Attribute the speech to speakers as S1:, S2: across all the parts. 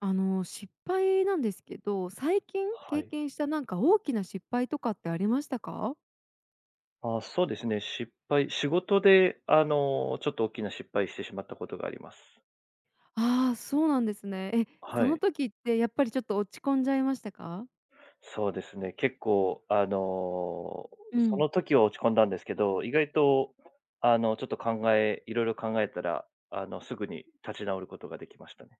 S1: 失敗なんですけど、最近
S2: は
S1: 経
S2: い。
S1: 験したなんか大きな失敗とかってありましたか？
S2: あ、そうですね、失敗仕事で、ちょっと大きな失敗してしまったことがあります。
S1: ああー、そうなんですね。え、そ
S2: は
S1: の
S2: い。
S1: 時ってやっぱりちょっと落ち込んじゃいましたか？
S2: そうですね、結構、
S1: う
S2: そ
S1: ん。
S2: の時は落ち込んだんですけど、意外と、ちょっといろいろ考えたら、すぐに立ち直ることができましたね。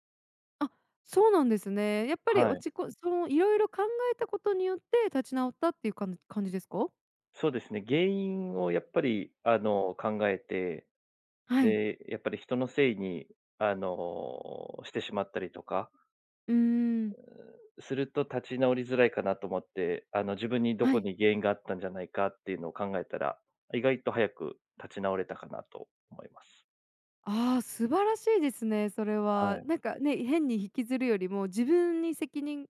S1: あ、そうなんですね。やっぱり
S2: は
S1: 落
S2: い。
S1: ちこそのいろいろ考えたことによって立ち直ったっていう感じですか？
S2: そうですね、原因をやっぱり、考えて、
S1: はい。
S2: で、やっぱり人のせいに、してしまったりとか
S1: うーん。
S2: すると立ち直りづらいかなと思って、自分にど
S1: は
S2: こ
S1: い。
S2: に原因があったんじゃないかっていうのを考えたら、意外と早く立ち直れたかなと思います。
S1: ああ、素晴らしいですね、それ
S2: は
S1: は。
S2: い。
S1: なんかね、変に引きずるよりも、自分に責任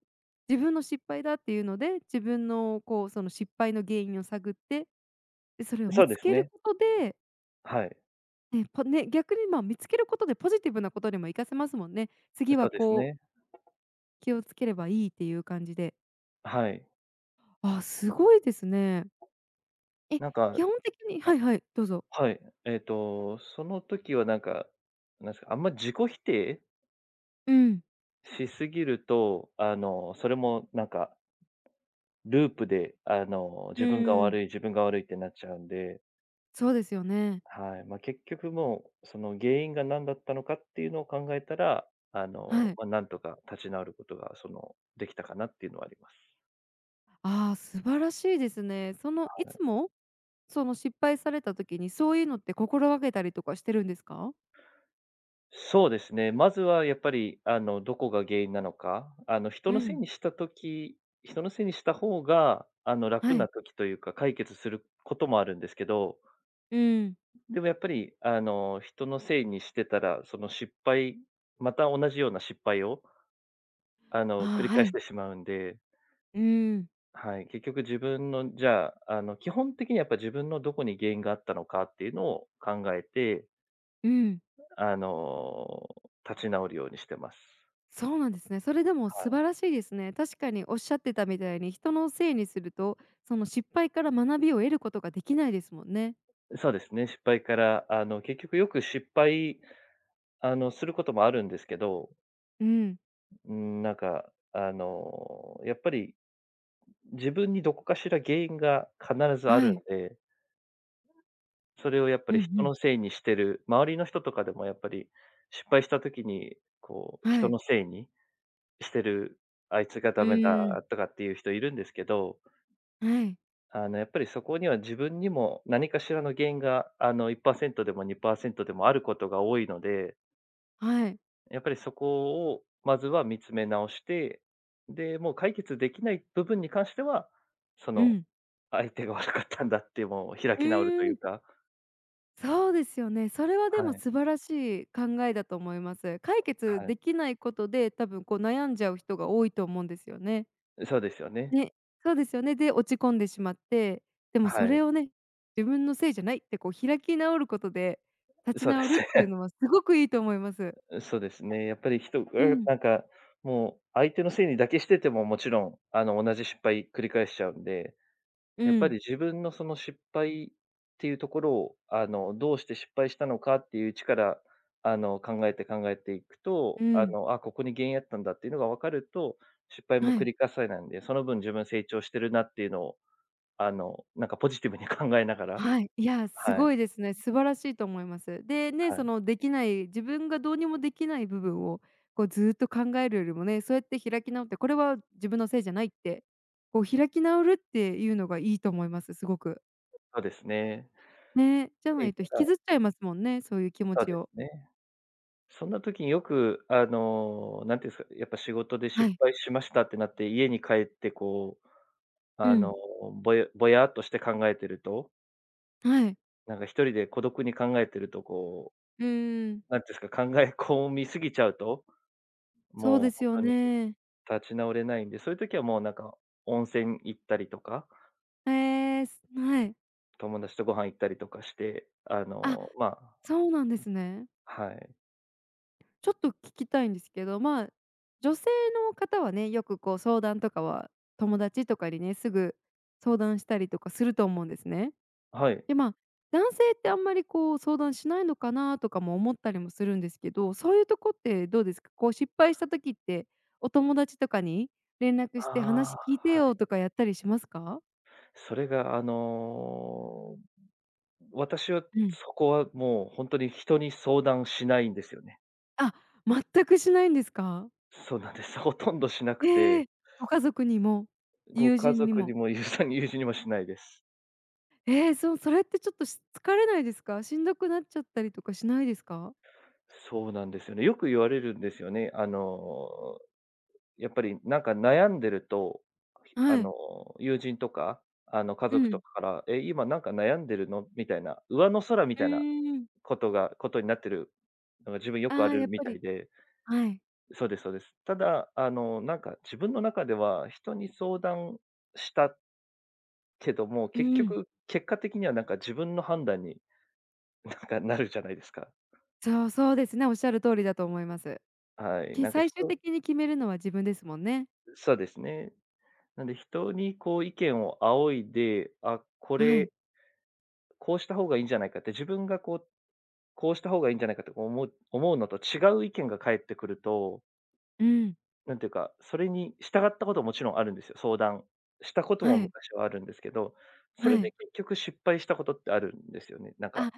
S1: 自分の失敗だっていうので、自分のこう、その失敗の原因を探って、で、それを
S2: そ
S1: 見
S2: うで
S1: つ
S2: す
S1: ける
S2: ね。
S1: ことで、
S2: はい。
S1: ね、逆にまあ、見つけることでポジティブなことにも活かせますもんね。次
S2: そ
S1: は
S2: うです
S1: こう、
S2: ね。
S1: 気をつければいいっていう感じで。
S2: はい。
S1: あーすごいですね。え、
S2: なんか、
S1: 基本的に
S2: あ、
S1: はいはい、どうぞ。
S2: はい。その時はなんか、なんですか、あんま自己否定
S1: うん、
S2: しすぎると、それもなんか、ループで、
S1: う
S2: 自分が
S1: ん、
S2: 悪い、自分が悪いってなっちゃうんで。
S1: そうですよね。
S2: はい。まあ、結局もう、その原因が何だったのかっていうのを考えたら、
S1: はい。
S2: まあ、なんとか立ち直ることが、その、できたかなっていうのはあります。
S1: ああ、素晴らしいですね。そのいつもその失敗された時に、そういうのって心がけたりとかしてるんですか？
S2: そうですね。まずはやっぱり、どこが原因なのか、
S1: うん、
S2: 人のせいにした方が、楽
S1: は
S2: な
S1: い。
S2: 時というか、解決することもあるんですけど、
S1: うん。
S2: でもやっぱり、人のせいにしてたら、その失敗また同じような失敗を、
S1: ああ、
S2: 繰り
S1: は
S2: 返し
S1: い。
S2: てしまうんで。
S1: うん、
S2: はい、結局自分の、じゃあ、基本的にやっぱ自分のどこに原因があったのかっていうのを考えて、
S1: うん。
S2: あの、立ち直るようにしてます。
S1: そうなんですね。それでも素晴
S2: は
S1: らしいですね。確かにおっしゃってたみたいに、人のせいにすると、その失敗から学びを得ることができないですもんね。
S2: い。そうですね、失敗から、結局よくすることもあるんですけど、
S1: うん、
S2: うん、なんか、やっぱり自分にどこかしら原因が必ずあ
S1: は
S2: るん
S1: い。
S2: で、それをやっぱ
S1: う
S2: り
S1: んう
S2: 人
S1: ん。
S2: のせいにしてる、周りの人とかでもやっぱり失敗した時に、こう、
S1: は
S2: 人
S1: い。
S2: のせいにしてる、あいつが
S1: う
S2: ダメだ
S1: ん、
S2: とかっていう人いるんですけど、
S1: はい、
S2: やっぱりそこには自分にも何かしらの原因が、1%でも2%でもあることが多いので、
S1: はい。
S2: やっぱりそこをまずは見つめ直して、で、もう解決できない部分に関しては、そ
S1: う
S2: の、
S1: ん。
S2: 相手が悪かったんだってもう開
S1: う
S2: き直ると
S1: ー
S2: いう
S1: ん。
S2: か、
S1: そうですよね。それはで
S2: は
S1: も
S2: い、
S1: 素晴らしい考えだと思います。解決
S2: はい。
S1: できないことで、多分こう悩んじゃう人が多いと思うんですよね。
S2: そうですよね。
S1: ね、そうですよね。で、落ち込んでしまって、でもそ
S2: はい、
S1: れをね、自分のせいじゃないってこう開き直ることで立ち
S2: そうで
S1: 直る
S2: す
S1: っていう
S2: ね。
S1: のはすごくいいと思います。
S2: そうですね。やっぱり人が
S1: うん、
S2: なんか、もう相手のせいにだけしてても、もちろん、同じ失敗繰り返しちゃうんで、
S1: う
S2: やっぱり
S1: ん、
S2: 自分のその失敗っていうところを、どうして失敗したのかっていううちから、考えて考えていくと、
S1: うん。
S2: あ、ここに原因あったんだっていうのが分かると、失敗も
S1: は
S2: 繰
S1: い。
S2: り返さないんで、その分自分成長してるなっていうのを、なんかポジティブに 考えながら、
S1: はい、いや、す
S2: はい、
S1: ごいですね。素晴らしいと思います。で、ね、
S2: は
S1: そ
S2: い、
S1: のできない自分がどうにもできない部分を、こうずっと考えるよりもね、そうやって開き直って、これは自分のせいじゃないって、こう開き直るっていうのがいいと思います、すごく。
S2: そうですね。やっ
S1: ね、じゃ
S2: ぱ
S1: な
S2: り
S1: いと引
S2: な
S1: き
S2: んか、
S1: ずっちゃいますもんね、そういう気持
S2: そう
S1: ち
S2: です
S1: を。
S2: ね。そんな時によく、なんていうんですか、やっぱ仕事で
S1: は
S2: 失
S1: い。
S2: 敗しましたってなって、家に帰ってこう、
S1: う
S2: あ
S1: ん。
S2: の、ぼやぼやっとして考えてると、
S1: はい。
S2: なんか一人で孤独に考えてるとこ
S1: うーん、
S2: う、なんていうんですか、考え込みすぎちゃうと、
S1: そう
S2: もう
S1: です
S2: 本
S1: よ
S2: 当に
S1: ね。
S2: 立ち直れないんで、そういう時はもうなんか、温泉行ったりとか、
S1: ええ、はい。
S2: 友達とご飯行ったりとかして、
S1: あ、
S2: まあ、
S1: そうなんですね。
S2: はい。
S1: ちょっと聞きたいんですけど、まあ、女性の方はね、よくこう相談とかは、友達とかにね、すぐ相談したりとかすると思うんですね。
S2: はい。
S1: で、まあ、男性ってあんまりこう相談しないのかなとかも思ったりもするんですけど、そういうとこってどうですか？こう失敗した時って、お友達とかに連絡
S2: あ
S1: して「話聞いて
S2: あ、は
S1: よ」
S2: い。
S1: とかやったりしますか？
S2: それが私は
S1: うん。
S2: そこはもう本当に人に相談しないんですよね。
S1: あ、全くしないんですか？
S2: そうなんです。ほとんどしなく
S1: え
S2: て、
S1: え。ご家族にも、
S2: ご
S1: 友
S2: 家
S1: 人に
S2: 族に
S1: も。
S2: も友人にもしないです。
S1: えー、そう、それってちょっと疲れないですか？しんどくなっちゃったりとかしないですか？
S2: そうなんですよね。よく言われるんですよね。やっぱりなんか悩んでると、あ
S1: はい。
S2: の、友人とか、家
S1: う
S2: 族と
S1: ん。
S2: かから、「え、今なんか悩んでるの？」みたいな、上の空み
S1: う
S2: たいな
S1: ーん。
S2: ことになってるのが自分よくあ
S1: ああ、
S2: る
S1: やっ
S2: み
S1: ぱ
S2: たい
S1: り
S2: で。
S1: はい。
S2: そうですそうです。ただ、なんか自分の中では、人に相談したけども、
S1: う
S2: 結
S1: ん。
S2: 局、結果的にはなんか自分の判断に なんかなるじゃないですか。
S1: そう、そうですね、おっしゃる通りだと思います。
S2: はい。なんか
S1: 最終的に決めるのは自分ですもんね。
S2: そうですね。なんで人にこう意見を仰いで、あ、こ
S1: はい。
S2: れ、こうした方がいいんじゃないかって、自分がこう、こうした方がいいんじゃないかって思うのと違う意見が返ってくると、
S1: うん。
S2: なんていうか、それに従ったことももちろんあるんですよ、相談したこと
S1: は
S2: も
S1: い。
S2: 昔はあるんですけど、そ
S1: は
S2: れで
S1: い。
S2: 結局失敗したことってあるんですよね。なんか、
S1: あ、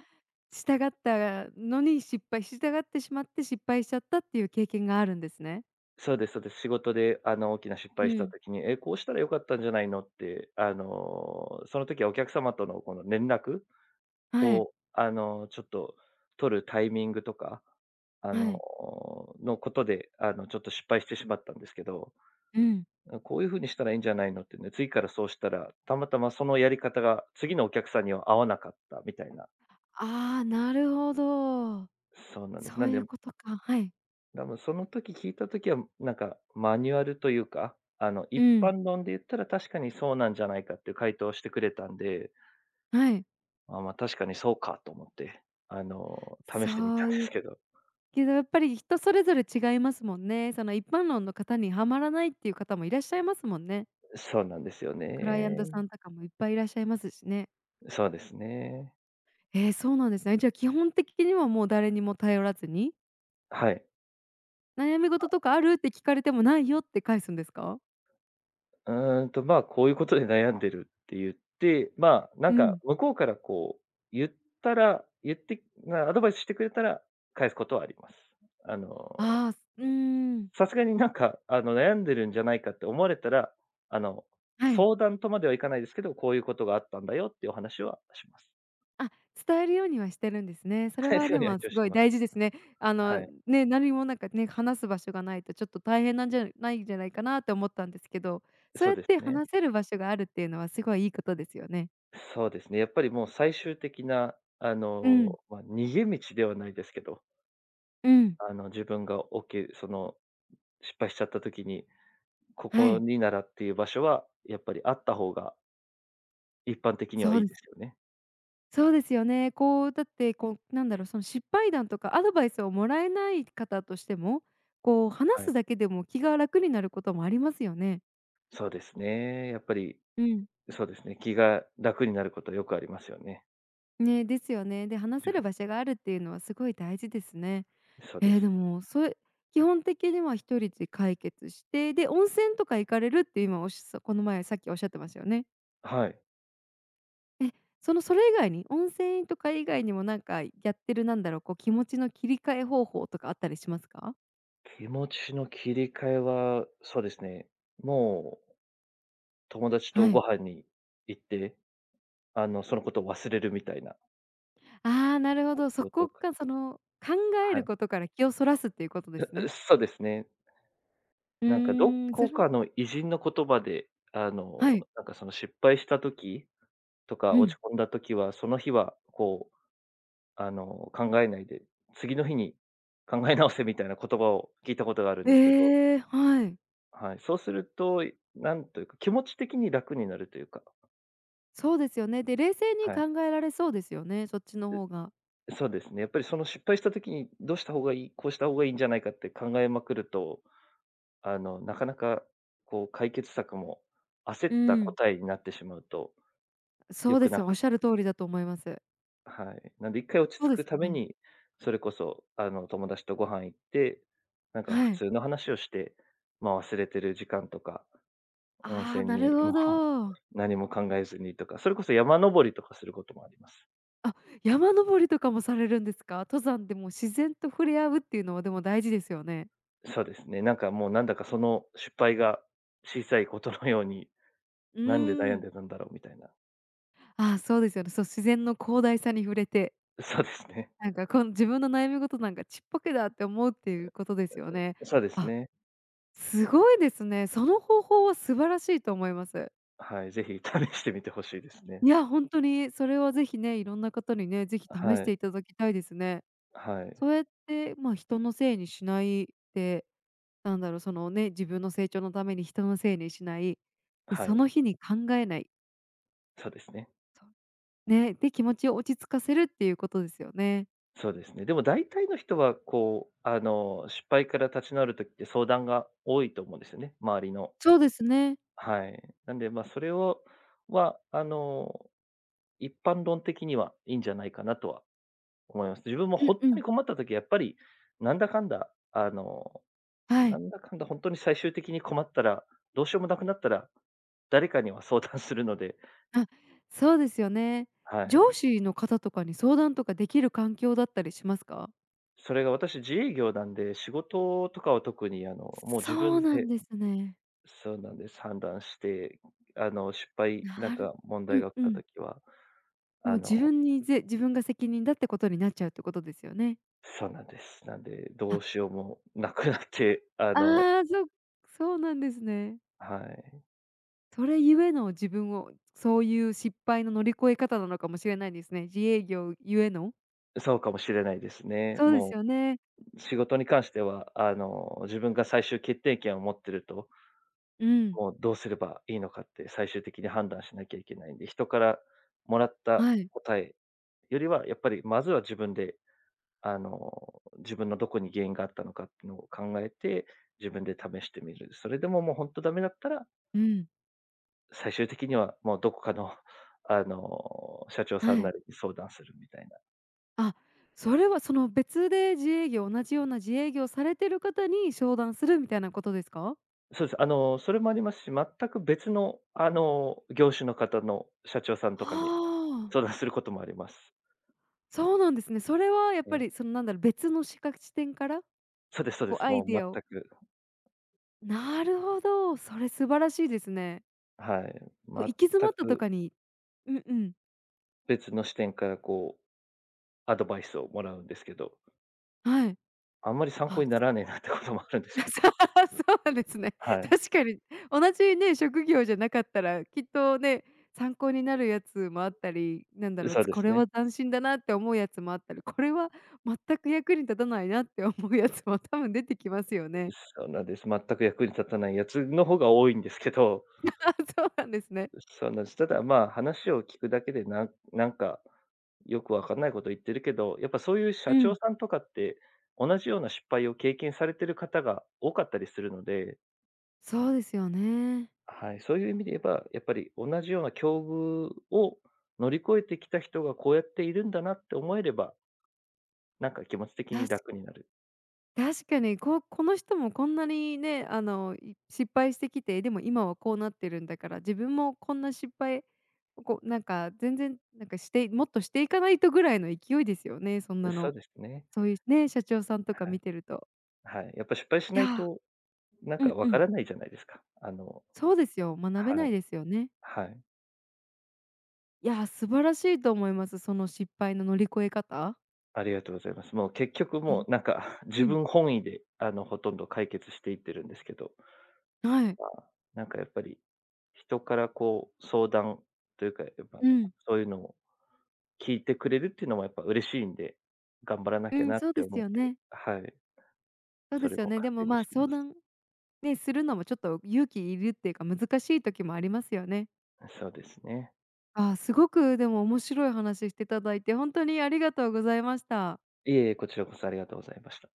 S1: 従ってしまって失敗しちゃったっていう経験があるんですね。
S2: そうですそうです。仕事で大きな失
S1: う
S2: 敗した
S1: ん。
S2: 時に、え、こうしたらよかったんじゃないのって、その時はお客様とのこの連絡
S1: はい。
S2: を、ちょっと取るタイミングとか、あ
S1: は
S2: の、
S1: い。
S2: のことで、ちょっと失敗してしまったんですけど。
S1: うん。
S2: こういう風にしたらいいんじゃないのってね、次からそうしたら、たまたまそのやり方が次のお客さんには合わなかったみたいな。
S1: ああ、なるほど。
S2: そうなんです。
S1: そ
S2: な
S1: う
S2: ん
S1: い
S2: で、
S1: うことか。はい。
S2: 多分その時聞いた時は、なんかマニュアルというか、
S1: う
S2: 一
S1: ん。
S2: 般論で言ったら確かにそうなんじゃないかっていう回答をしてくれたんで、
S1: はい。
S2: あ、ま、確かにそうかと思って、試してみた
S1: そ
S2: ん
S1: う
S2: で
S1: い
S2: す
S1: う
S2: けど。
S1: やっぱり人それぞれ違いますもんね。その一般論の方にはまらないっていう方もいらっしゃいますもんね。
S2: そうなんですよ
S1: クライアント
S2: ね。
S1: さんとかもいっぱいいらっしゃいますしね。
S2: そうですね。
S1: えーそうなんですね。じゃあ基本的にはもう誰にも頼らずに、
S2: はい。
S1: 悩み事とかあるって聞かれてもないよって返すんですか？
S2: まあ、こういうことで悩んでるって言って、まあ、なん
S1: う
S2: か
S1: ん。
S2: 向こうからこう、言っ言ってなアドバイスしてくれたら、返すことはあります。あの、
S1: ああ、うーん。
S2: さすがになんか、悩んでるんじゃないかって思われたら、あの、
S1: はい。
S2: 相談とまではいかないですけど、こういうことがあったんだよっていうお話はします。
S1: あ、伝えるようにはしてるんですね。そ れ
S2: 伝える
S1: は
S2: よう
S1: で
S2: には
S1: も
S2: 一
S1: す
S2: 応し
S1: ご
S2: て
S1: い
S2: ます。
S1: 大事ですね。
S2: はい。
S1: ね、何もなんかね、話す場所がないとちょっと大変なんじゃないんじゃないかなって思ったんですけど、そう
S2: そう
S1: やっ
S2: です
S1: て
S2: ね。
S1: 話せる場所があるっていうのはすごいいいことですよね。
S2: そうですね。やっぱりもう最終的な、
S1: うん、
S2: まあ、逃げ道ではないですけど、
S1: うん、
S2: 自分がおけその失敗しちゃった時に、こ
S1: は
S2: こ
S1: い、
S2: にならっていう場所は、やっぱりあった方が一般的には
S1: そ
S2: い
S1: う
S2: い
S1: で
S2: です
S1: す。
S2: よね。
S1: そうですよね。こうだってこうなんだろう、その失敗談とかアドバイスをもらえない方としても、こう話
S2: はい。
S1: すだけでも気が楽になることもありますよね。
S2: そうですね。やっぱり、
S1: うん。
S2: そうですね。気が楽になることはよくありますよね。
S1: ね、ですよね。で、話
S2: 自
S1: せ
S2: 分
S1: る場所があるっていうのはすごい大事ですね。
S2: そうで
S1: ええ、
S2: す。
S1: でも、それ基本的には一人で解決して、で、温泉とか行かれるって今おっしゃこの前さっきおっしゃってましたよね。
S2: はい。
S1: その、それ以外に、温泉とか以外にもなんかやってる、なんだろう、こう気持ちの切り替え方法とかあったりしますか？
S2: 気持ちの切り替えは、そうですね。もう友達
S1: は
S2: とご
S1: い。
S2: 飯に行って、そのことを忘れるみたいな
S1: ああ、なるほ
S2: こ
S1: ど、そ
S2: とと
S1: こ
S2: か。
S1: か、その、考え
S2: は
S1: る
S2: い。
S1: ことから気をそらすっていうことですね。
S2: そうですね。
S1: う
S2: なんかど
S1: ーん、そ
S2: こ
S1: れも
S2: かの偉人の言葉で、
S1: はい、
S2: なんかその失敗した時とか
S1: う
S2: 落
S1: ん。
S2: ち込んだ時は、その日はこう、あの、考えないで、次の日に考え直せみたいな言葉を聞いたことがあるんですけど、
S1: ええ、はい。
S2: はい、そうすると、なんというか、気持ち的に楽になるというか、
S1: そうですよね。で、冷静に
S2: は
S1: 考
S2: い、
S1: えられそうですよね、そっちの方が。
S2: そうですね。やっぱりその失敗した時にどうした方がいい、こうした方がいいんじゃないかって考えまくると、なかなかこう解決策も焦っ
S1: う
S2: た
S1: ん。
S2: 答えになってしまうと、
S1: そ
S2: 良
S1: う
S2: く
S1: です
S2: なか、
S1: よ。おっしゃる通りだと思います。
S2: はい。なんで一回落ち着
S1: そうです
S2: く
S1: よ
S2: ため
S1: ね。
S2: に、それこそ、友達とご飯行って、なんか普
S1: はい。
S2: 通の話をして、ま、忘れてる時間とか、温
S1: ああ、
S2: 泉
S1: な
S2: に
S1: るほ
S2: もう
S1: ど。
S2: 何も考えずにとか、それこそ山登りとかすることもあります。
S1: あ、山登りとかもされるんですか？登山でも自然と触れ合うっていうのはでも大事ですよね。
S2: そうですね、なんかもうなんだかその失敗が小さいことのように、
S1: う
S2: なんで
S1: ー
S2: 悩ん
S1: ん。
S2: でたんだろうみたいな。
S1: ああ、そうですよね。そう、自然の広大さに触れて、
S2: そうですね。
S1: なんかこの自分の悩み事なんかちっぽけだって思うっていうことですよね。
S2: そうです
S1: あ、
S2: ね。
S1: すごいですね。その方法は素晴らしいと思います。
S2: はい、ぜひ試してみてほしいですね。
S1: いや、本当にそれはぜひね、いろんな方にね、ぜひ試し
S2: はい、
S1: ていただきたいですね。
S2: はい、
S1: そうやって、まあ、人のせいにしないで、なんだろう、そのね、自分の成長のために人のせいにしない、で、
S2: は
S1: そ
S2: い、
S1: の日に考えない、
S2: そうですね。
S1: そう。ね、で、気持ちを落ち着かせるっていうことですよね。
S2: そうですね。でも大体の人は、こう、失敗から立ち直る時って相談が多いと思うんですよね、周りの。
S1: そうですね。
S2: はい。なんで、まあ、それをは、あの、一般論的にはいいんじゃないかなとは思います。自分も
S1: う
S2: 本
S1: んう
S2: 当
S1: ん。
S2: に困った時きやっぱり、なんだかんだ、
S1: は
S2: な
S1: い。
S2: んだかんだ本当に最終的に困ったら、どうしようもなくなったら、誰かには相談するので、
S1: あ、そうですよね。
S2: はい。
S1: 上司の方とかに相談とかできる環境だったりしますか？
S2: それが私自営業なんで、仕事とかは特に、もう
S1: そ
S2: 自分
S1: うなん
S2: で
S1: ですね。
S2: そうなんです。判断して、失敗、なん
S1: なる
S2: か問
S1: う
S2: 題
S1: ん
S2: が起き
S1: う
S2: た
S1: ん。
S2: ときは、
S1: もう
S2: あの
S1: 自分に自分が責任だってことになっちゃうってことですよね。
S2: そうなんです。なんで、どうしようもなくなって、
S1: ああ、そうなんですね。
S2: はい。
S1: それゆえの自分を、そういう失敗の乗り越え方なのかもしれないですね。自営業ゆえの。
S2: そうかもしれないですね。
S1: そうです
S2: も
S1: よね。
S2: う仕事に関しては、自分が最終決定権を持ってると、
S1: うん。
S2: もうどうすればいいのかって最終的に判断しなきゃいけないんで、人からもらった
S1: はい。
S2: 答えよりは、やっぱりまずは自分で自分のどこに原因があったのかっていうのを考えて、自分で試してみる。それでももう本当ダメだったら、
S1: うん。
S2: 最終的にはもうどこかの、社長さん
S1: は
S2: な
S1: い。
S2: りに相談するみたいな。
S1: あ、それはその別で自営業同じような自営業されてる方に商談するみたいなことですか？
S2: そうです。それもありますし、全く別の、業種の方の社長さんとかに
S1: ああ、
S2: 相談することもあります。
S1: そうなんですね。それはやっ
S2: は
S1: ぱり
S2: い、
S1: そのなんだろう、別の視点から、
S2: そうですそうで
S1: こう
S2: す。
S1: ア
S2: も
S1: イ
S2: う
S1: デ
S2: 全
S1: アを
S2: く、
S1: なるほど、それ素晴らしいですね。
S2: はい、
S1: こう行き詰
S2: 全
S1: まったと
S2: く
S1: かにうんうん。
S2: 別の視点からこうアドバイスをもらうんですけど、
S1: はい。
S2: あんまり参考
S1: あ、
S2: にならねえなってこともあるんですけど、
S1: そうなんですね。
S2: は い。
S1: 確かに同じね、職業じゃなかったら、きっとね、参考になるやつもあったり、なんだろう、
S2: そうで
S1: こ
S2: す
S1: れ
S2: ね。
S1: は斬新だなって思うやつもあったり、これは全く役に立たないなって思うやつも多分出てきますよね。
S2: そうなんです。全く役に立たないやつの方が多いんですけど、
S1: そうなんですね。
S2: そうなんです。ただ、まあ、話を聞くだけで、なんなんか、よくわかんないこと言ってるけど、やっぱそういう
S1: う
S2: 社長
S1: ん。
S2: さんとかって、同じような失敗を経験されてる方が多かったりするので、
S1: そうですよね。
S2: はい、そういう意味で言えば、やっぱり同じような境遇を乗り越えてきた人がこうやっているんだなって思えれば、なんか気持ち的に
S1: 確
S2: 楽になる。
S1: 確かに、ここの人もこんなにね、失敗してきて、でも今はこうなってるんだから、自分もこんな失敗、こう、なんか全然、なんかしてもっとしていかないとぐらいの勢いですよね、そんな
S2: そう
S1: の。
S2: ですね。
S1: そういうね、社長さんとか
S2: は
S1: 見
S2: い。
S1: てると。
S2: はい。やっぱ失敗し
S1: い
S2: ない
S1: や、
S2: となん
S1: う
S2: か
S1: ん
S2: わ
S1: う
S2: か
S1: ん。
S2: らないじゃないですか。
S1: そうですよ、学べ
S2: は
S1: ない
S2: い、
S1: ですよね。
S2: はい。
S1: いや、素晴らしいと思います、その失敗の乗り越え方。
S2: ありがとうございます。もう結局
S1: え、
S2: もうなんか
S1: う
S2: 自
S1: ん、
S2: 分本位で、ほとんど解決していってるんですけど、
S1: はい。
S2: まあ、なんかやっぱり人からこう相談というか、やっぱ
S1: うん、
S2: そういうのを聞いてくれるっていうのもやっぱ嬉しいんで、頑張らな
S1: う
S2: きゃ
S1: ん、
S2: なっ
S1: そう
S2: て
S1: です
S2: 思っ
S1: よ
S2: て、
S1: ね。
S2: はい、
S1: そう
S2: そ
S1: で
S2: れ
S1: すよ
S2: も
S1: ね。で
S2: 糧
S1: も、
S2: に
S1: まあ、
S2: して
S1: 相
S2: ます。
S1: 談ね、するのもちょっと勇気いるっていうか、難しい時もありますよね。
S2: そうですね。
S1: あーすごくでも面白い話していただいて、本当にありがとうございました。
S2: いえいえ、こちらこそありがとうございました。